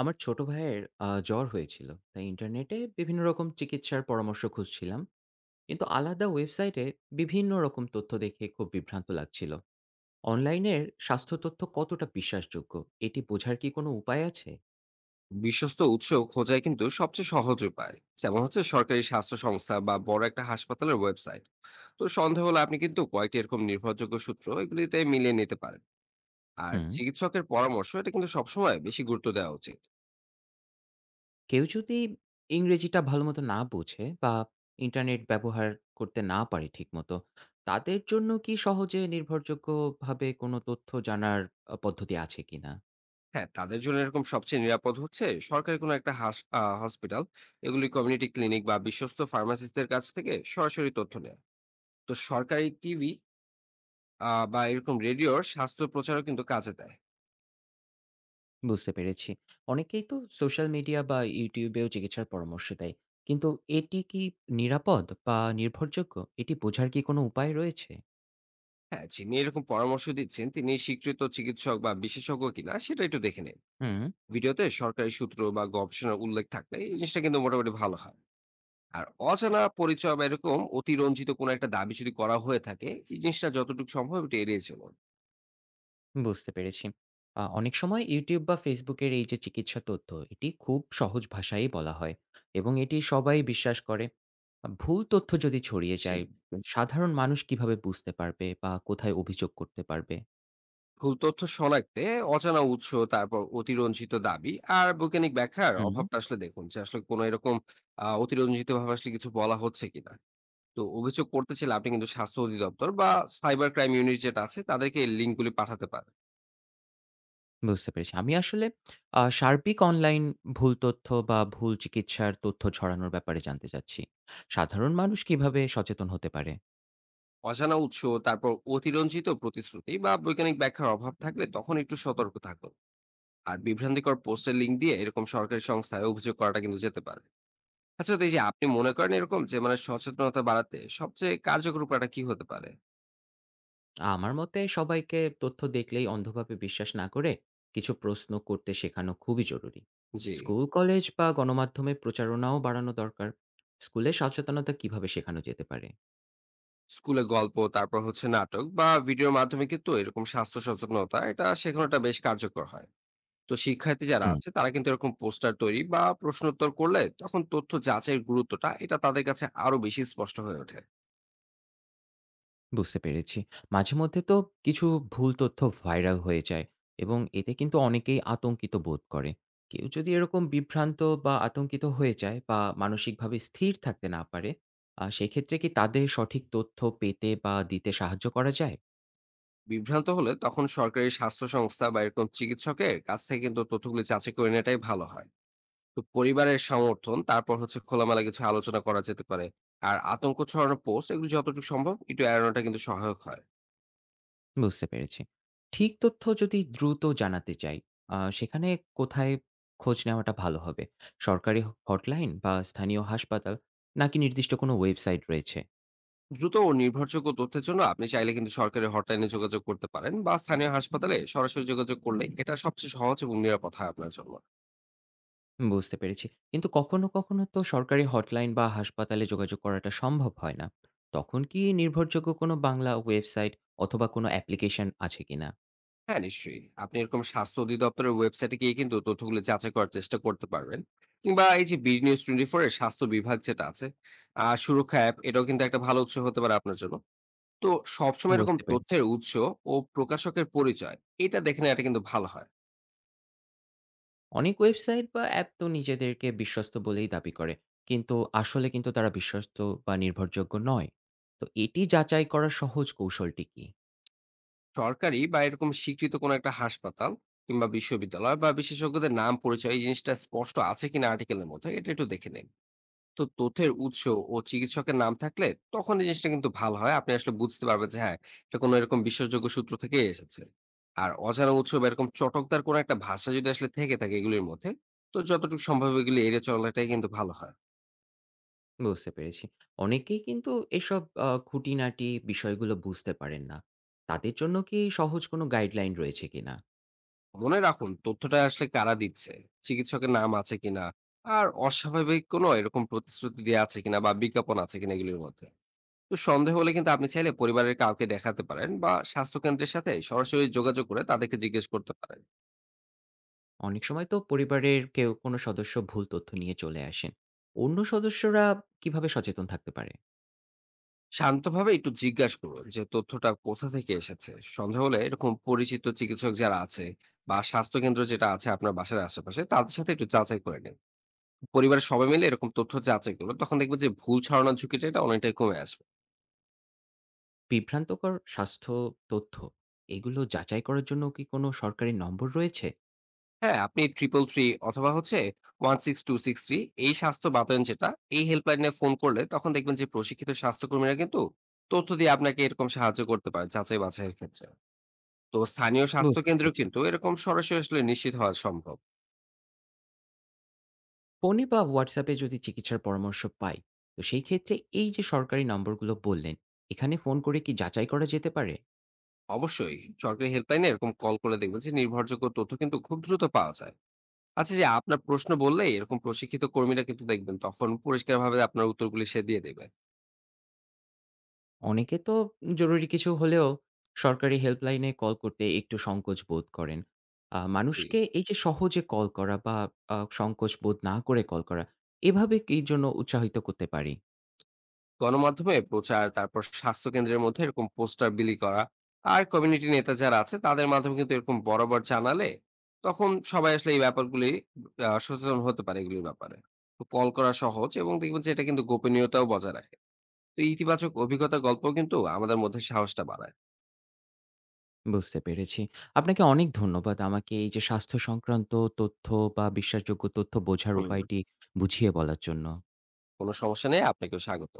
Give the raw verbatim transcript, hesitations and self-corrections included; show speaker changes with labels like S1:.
S1: আমার ছোট ভাইয়ের আ জ্বর হয়েছিল। তাই ইন্টারনেটে বিভিন্ন রকম চিকিৎসার পরামর্শ খুঁজছিলাম। কিন্তু আলাদা ওয়েবসাইটে বিভিন্ন রকম তথ্য দেখে খুব বিভ্রান্ত লাগছিল। অনলাইনের স্বাস্থ্য তথ্য কতটা বিশ্বাসযোগ্য, এটি বোঝার কি কোনো উপায় আছে?
S2: বিশ্বস্ত উৎস খোঁজাই কিন্তু সবচেয়ে সহজ উপায়। যেমন হচ্ছে সরকারি স্বাস্থ্য সংস্থা বা বড় একটা হাসপাতালের ওয়েবসাইট। তো সন্দেহ হলে আপনি কিন্তু কয়েকটি এরকম নির্ভরযোগ্য সূত্র এগুলিতে মিলিয়ে নিতে পারেন। আর
S1: হুম।
S2: চিকিৎসকের পরামর্শ এটা কিন্তু সবসময় বেশি গুরুত্ব দেওয়া উচিত।
S1: কেউ যদি ইংরেজিটা ভালোমতো না বোঝে বা ইন্টারনেট ব্যবহার করতে না পারে ঠিকমতো, তাদের জন্য কি সহজে নির্ভরযোগ্যভাবে কোনো তথ্য জানার আ পদ্ধতি আছে কিনা?
S2: হ্যাঁ, তাদের জন্য এরকম সবচেয়ে নিরাপদ হচ্ছে সরকারি কোনো একটা হাস- আহ, হসপিটাল, এগুলি কমিউনিটি ক্লিনিক বা বিশ্বস্ত ফার্মাসিস্টদের কাছ থেকে সরাসরি তথ্য নেয়। তো সরকারি টিভি বা এরকম রেডিওর স্বাস্থ্য প্রচারও কিন্তু কাজে দেয়।
S1: বুঝতে পেরেছি। অনেকেই তো সোশ্যাল মিডিয়া বা YouTube এও চিকিৎসার পরামর্শ দেয়। কিন্তু এটি কি নিরাপদ বা নির্ভরযোগ্য? এটি বোঝার কি কোনো উপায় রয়েছে?
S2: হ্যাঁ, যিনি এরকম পরামর্শ দিচ্ছেন তিনি স্বীকৃত চিকিৎসক বা বিশেষজ্ঞ কিনা সেটা একটু দেখে নিন।
S1: হুম।
S2: ভিডিওতে সরকারি সূত্র বা গবেষণার উল্লেখ থাকলে এই জিনিসটা কিন্তু মোটামুটি ভালো হয়। আর অজানা পরিচয় বা এরকম অতিরঞ্জিত কোনো একটা দাবি যদি করা হয়ে থাকে, এই জিনিসটা যতটুকু সম্ভব এটা এড়িয়ে চলুন।
S1: বুঝতে পেরেছি। আ অনেক সময় YouTube বা Facebook এর এই যে চিকিৎসা তথ্য, এটি খুব সহজ ভাষায়ই বলা হয় এবং এটি সবাই বিশ্বাস করে। আ ভুল তথ্য যদি ছড়িয়ে
S2: জি।
S1: যায়, সাধারণ মানুষ কিভাবে বুঝতে পারবে বা কোথায় অভিযোগ করতে পারবে?
S2: ভুল তথ্য শনাক্তে অজানা উৎস, তারপর অতিরঞ্জিত দাবি, আর বৈজ্ঞানিক ব্যাখ্যার
S1: হুম।
S2: অভাবটা আসলে দেখুন যে আসলে কোনো এরকম আহ অতিরঞ্জিত ভাবে আসলে কিছু বলা হচ্ছে কিনা। তো অভিযোগ করতে চাইলে আপনি কিন্তু স্বাস্থ্য অধিদপ্তর বা সাইবার ক্রাইম ইউনিট যেটা আছে তাদেরকে এই লিঙ্কগুলি পাঠাতে পারেন।
S1: বুঝতে পেরেছি। আমি আসলে আ সার্বিক অনলাইন ভুল তথ্য বা ভুল চিকিৎসার তথ্য ছড়ানোর ব্যাপারে জানতে চাচ্ছি। সাধারণ মানুষ কিভাবে সচেতন হতে পারে?
S2: অজানা উৎস, তারপর অতিরঞ্জিত প্রতিশ্রুতি বা বৈজ্ঞানিক ব্যাখ্যার অভাব থাকলে তখন একটু সতর্ক থাকুন। আর বিভ্রান্তিকর পোস্টের লিঙ্ক দিয়ে এরকম সরকারি সংস্থায় অভিযোগ করাটা কিন্তু যেতে পারে। আচ্ছা, তো এই যে আপনি মনে করেন এরকম যে মানে সচেতনতা বাড়াতে সবচেয়ে কার্যকর উপায়টা কি হতে পারে?
S1: আমার মতে সবাইকে তথ্য দেখলেই অন্ধভাবে বিশ্বাস না করে কিছু প্রশ্ন করতে শেখানো খুবই জরুরি।
S2: জি।
S1: স্কুল, কলেজ বা গণমাধ্যমে প্রচারণাও বাড়ানো দরকার। স্কুলে সচেতনতা কিভাবে শেখানো যেতে পারে?
S2: স্কুলে গল্প, তারপর হচ্ছে নাটক বা ভিডিওর মাধ্যমে কিন্তু এরকম স্বাস্থ্য সচেতনতা এটা শেখানোটা বেশ কার্যকর হয়। তো শিক্ষার্থী যারা
S1: হুম।
S2: আছে তারা কিন্তু এরকম পোস্টার তৈরি বা প্রশ্নোত্তর করলে তখন তথ্য যাচাইয়ের গুরুত্বটা এটা তাদের কাছে আরো বেশি স্পষ্ট হয়ে ওঠে।
S1: বুঝতে পেরেছি। মাঝে মধ্যে তো কিছু ভুল তথ্য ভাইরাল হয়ে যায় এবং এতে কিন্তু অনেকেই আতঙ্কিত বোধ করে। কেউ যদি এরকম বিভ্রান্ত বা আতঙ্কিত হয়ে যায় বা মানসিকভাবে স্থির থাকতে না পারে, আ সেক্ষেত্রে কি তাদের সঠিক তথ্য পেতে বা দিতে সাহায্য করা যায়?
S2: বিভ্রান্ত হলে তখন সরকারি স্বাস্থ্য সংস্থা বা এরকম চিকিৎসকের কাছ থেকে কিন্তু তথ্যগুলি যাচাই করে নেওয়াটাই ভালো হয়। তো পরিবারের সমর্থন, তারপর হচ্ছে খোলামেলা কিছু আলোচনা করা যেতে পারে। আর আতঙ্ক ছড়ানো পোস্ট এগুলি যতটুকু সম্ভব একটু এড়ানোটা কিন্তু সহায়ক হয়।
S1: বুঝতে পেরেছি। ঠিক তথ্য যদি দ্রুত জানাতে চাই, আ সেখানে কোথায় খোঁজ নেওয়াটা ভালো হবে? সরকারি হটলাইন বা স্থানীয় হাসপাতাল, নাকি নির্দিষ্ট কোনো ওয়েবসাইট রয়েছে?
S2: দ্রুত ও নির্ভরযোগ্য তথ্যের জন্য আপনি চাইলে কিন্তু সরকারি হটলাইনে যোগাযোগ করতে পারেন, বা স্থানীয় হাসপাতালে সরাসরি যোগাযোগ করলে এটা সবচেয়ে সহজ এবং নিরাপদ হয় আপনার জন্য।
S1: বুঝতে পেরেছি। কিন্তু কখনো, কখনো তো সরকারি হটলাইন বা হাসপাতালে যোগাযোগ করাটা সম্ভব হয় না। তখন কি নির্ভরযোগ্য কোনো বাংলা ওয়েবসাইট অথবা কোনো অ্যাপ্লিকেশন আছে কিনা?
S2: হ্যাঁ, নিশ্চয়ই। আপনি এরকম স্বাস্থ্য অধিদপ্তরের ওয়েবসাইটে গিয়ে কিন্তু তথ্যগুলো যাচাই করার চেষ্টা করতে পারবেন। কিংবা এই যে বিডি নিউজ চব্বিশ এর স্বাস্থ্য বিভাগ যেটা আছে, আ সুরক্ষা অ্যাপ এটাও কিন্তু একটা ভালো উৎস হতে পারে আপনার জন্য। তো সবসময় এরকম
S1: বুঝতে পেরেছি।
S2: তথ্যের উৎস ও প্রকাশকের পরিচয় এটা দেখে নেওয়াটা কিন্তু ভালো হয়।
S1: অনেক ওয়েবসাইট বা অ্যাপ তো নিজেদেরকে বিশ্বস্ত বলেই দাবি করে। কিন্তু আসলে কিন্তু তারা বিশ্বস্ত বা নির্ভরযোগ্য নয়। তো এটি যাচাই করার সহজ কৌশলটি কি?
S2: সরকারি বা এরকম স্বীকৃত কোনো একটা হাসপাতাল কিংবা বিশ্ববিদ্যালয় বা বিশেষজ্ঞদের নাম পরিচয় এই জিনিসটা স্পষ্ট আছে কিনা আর্টিকেলের মধ্যে, এটা একটু দেখে নিন। তো তথ্যের উৎস ও চিকিৎসকের নাম থাকলে তখন এই জিনিসটা কিন্তু ভালো হয়, আপনি আসলে বুঝতে পারবেন যে হ্যাঁ এটা কোনো এরকম বিশ্বাসযোগ্য সূত্র থেকে এসেছে। আর অজানা উৎস বা এরকম চটকদার কোনো একটা ভাষা যদি আসলে থেকে থাকে এগুলির মধ্যে, তো যতটুকু সম্ভব এগুলি এড়িয়ে চলাটাই কিন্তু ভালো হয়।
S1: বুঝতে পেরেছি। অনেকেই কিন্তু এসব আ খুঁটিনাটি বিষয়গুলো বুঝতে পারেন না। তাদের জন্য কি সহজ কোনো গাইডলাইন রয়েছে কিনা?
S2: মনে রাখুন তথ্যটা আসলে কারা দিচ্ছে, চিকিৎসকের নাম আছে কিনা, আর অস্বাভাবিক কোনো এরকম প্রতিশ্রুতি দেওয়া আছে কিনা বা বিজ্ঞাপন আছে কিনা এগুলির মধ্যে। তো সন্দেহ হলে কিন্তু আপনি চাইলে পরিবারের কাউকে দেখাতে পারেন বা স্বাস্থ্য কেন্দ্রের সাথে সরাসরি যোগাযোগ করে তাদেরকে জিজ্ঞেস করতে পারেন।
S1: অনেক সময় তো পরিবারের কেউ কোনো সদস্য ভুল তথ্য নিয়ে চলে আসেন। অন্য সদস্যরা কিভাবে সচেতন থাকতে পারে?
S2: শান্তভাবে একটু জিজ্ঞাসা করুন যে তথ্যটা কোথা থেকে এসেছে। সন্দেহ হলে এরকম পরিচিত চিকিৎসক যারা আছে বা স্বাস্থ্যকেন্দ্র যেটা আছে আপনার বাসার আশেপাশে, তাদের সাথে একটু যাচাই করে নিন। পরিবারের সবাই মিলে এরকম তথ্য যাচাই করুন, তখন দেখবেন যে ভুল ছড়ানোর ঝুঁকিটা এটা অনেকটাই কমে আসবে।
S1: বিভ্রান্তকর স্বাস্থ্য তথ্য এগুলো যাচাই করার জন্য কি কোনো সরকারি নম্বর রয়েছে?
S2: হ্যাঁ, আপনি ট্রিপল থ্রি অথবা হচ্ছে one six two six three, এই স্বাস্থ্য বাতায়ন যেটা, এই হেল্পলাইনে ফোন করলে তখন দেখবেন যে প্রশিক্ষিত স্বাস্থ্যকর্মীরা কিন্তু তথ্য দিয়ে আপনাকে এরকম সাহায্য করতে পারে যাচাই বাছাইয়ের ক্ষেত্রে। তো স্থানীয় স্বাস্থ্য
S1: বুঝতে
S2: কেন্দ্র
S1: পেরেছি।
S2: কিন্তু এরকম সরাসরি আসলে নিশ্চিত হওয়া সম্ভব।
S1: ফোনে বা হোয়াটসঅ্যাপে যদি চিকিৎসার পরামর্শ পাই, তো সেই ক্ষেত্রে এই যে সরকারি নম্বরগুলো বললেন, এখানে ফোন করে কি যাচাই করা যেতে পারে?
S2: অবশ্যই। সরকারি হেল্পলাইনে এরকম কল করে দেখবেন যে নির্ভরযোগ্য তথ্য কিন্তু খুব দ্রুত পাওয়া যায়। আচ্ছা, যে আপনার প্রশ্ন বললে এরকম প্রশিক্ষিত কর্মীরা কিন্তু দেখবেন তখন পরিষ্কারভাবে আপনার উত্তরগুলি সে দিয়ে দেবে।
S1: অনেকে তো জরুরি কিছু হলেও সরকারি হেল্পলাইনে কল করতে একটু সংকোচ বোধ করেন। আ
S2: জি।
S1: মানুষকে এই যে সহজে কল করা বা আ সংকোচ বোধ না করে কল করা, এভাবে কি জন্য উৎসাহিত করতে পারি?
S2: গণমাধ্যমে প্রচার, তারপর স্বাস্থ্য কেন্দ্রের মধ্যে এরকম পোস্টার বিলি করা, আর কমিউনিটি নেতা যারা আছে তাদের মাধ্যমে কিন্তু এরকম বরাবর জানালে তখন সবাই আসলে এই ব্যাপারগুলি আহ, সচেতন হতে পারে এগুলির ব্যাপারে। তো কল করা সহজ এবং দেখবেন যে এটা কিন্তু গোপনীয়তাও বজায় রাখে। তো ইতিবাচক অভিজ্ঞতার গল্প কিন্তু আমাদের মধ্যে সাহসটা বাড়ায়।
S1: বুঝতে পেরেছি। আপনাকে অনেক ধন্যবাদ আমাকে এই যে স্বাস্থ্য সংক্রান্ত তথ্য বা বিশ্বাসযোগ্য তথ্য বোঝার
S2: হুম।
S1: উপায়টি বুঝিয়ে বলার জন্য।
S2: কোনো সমস্যা নেই। আপনাকেও স্বাগত।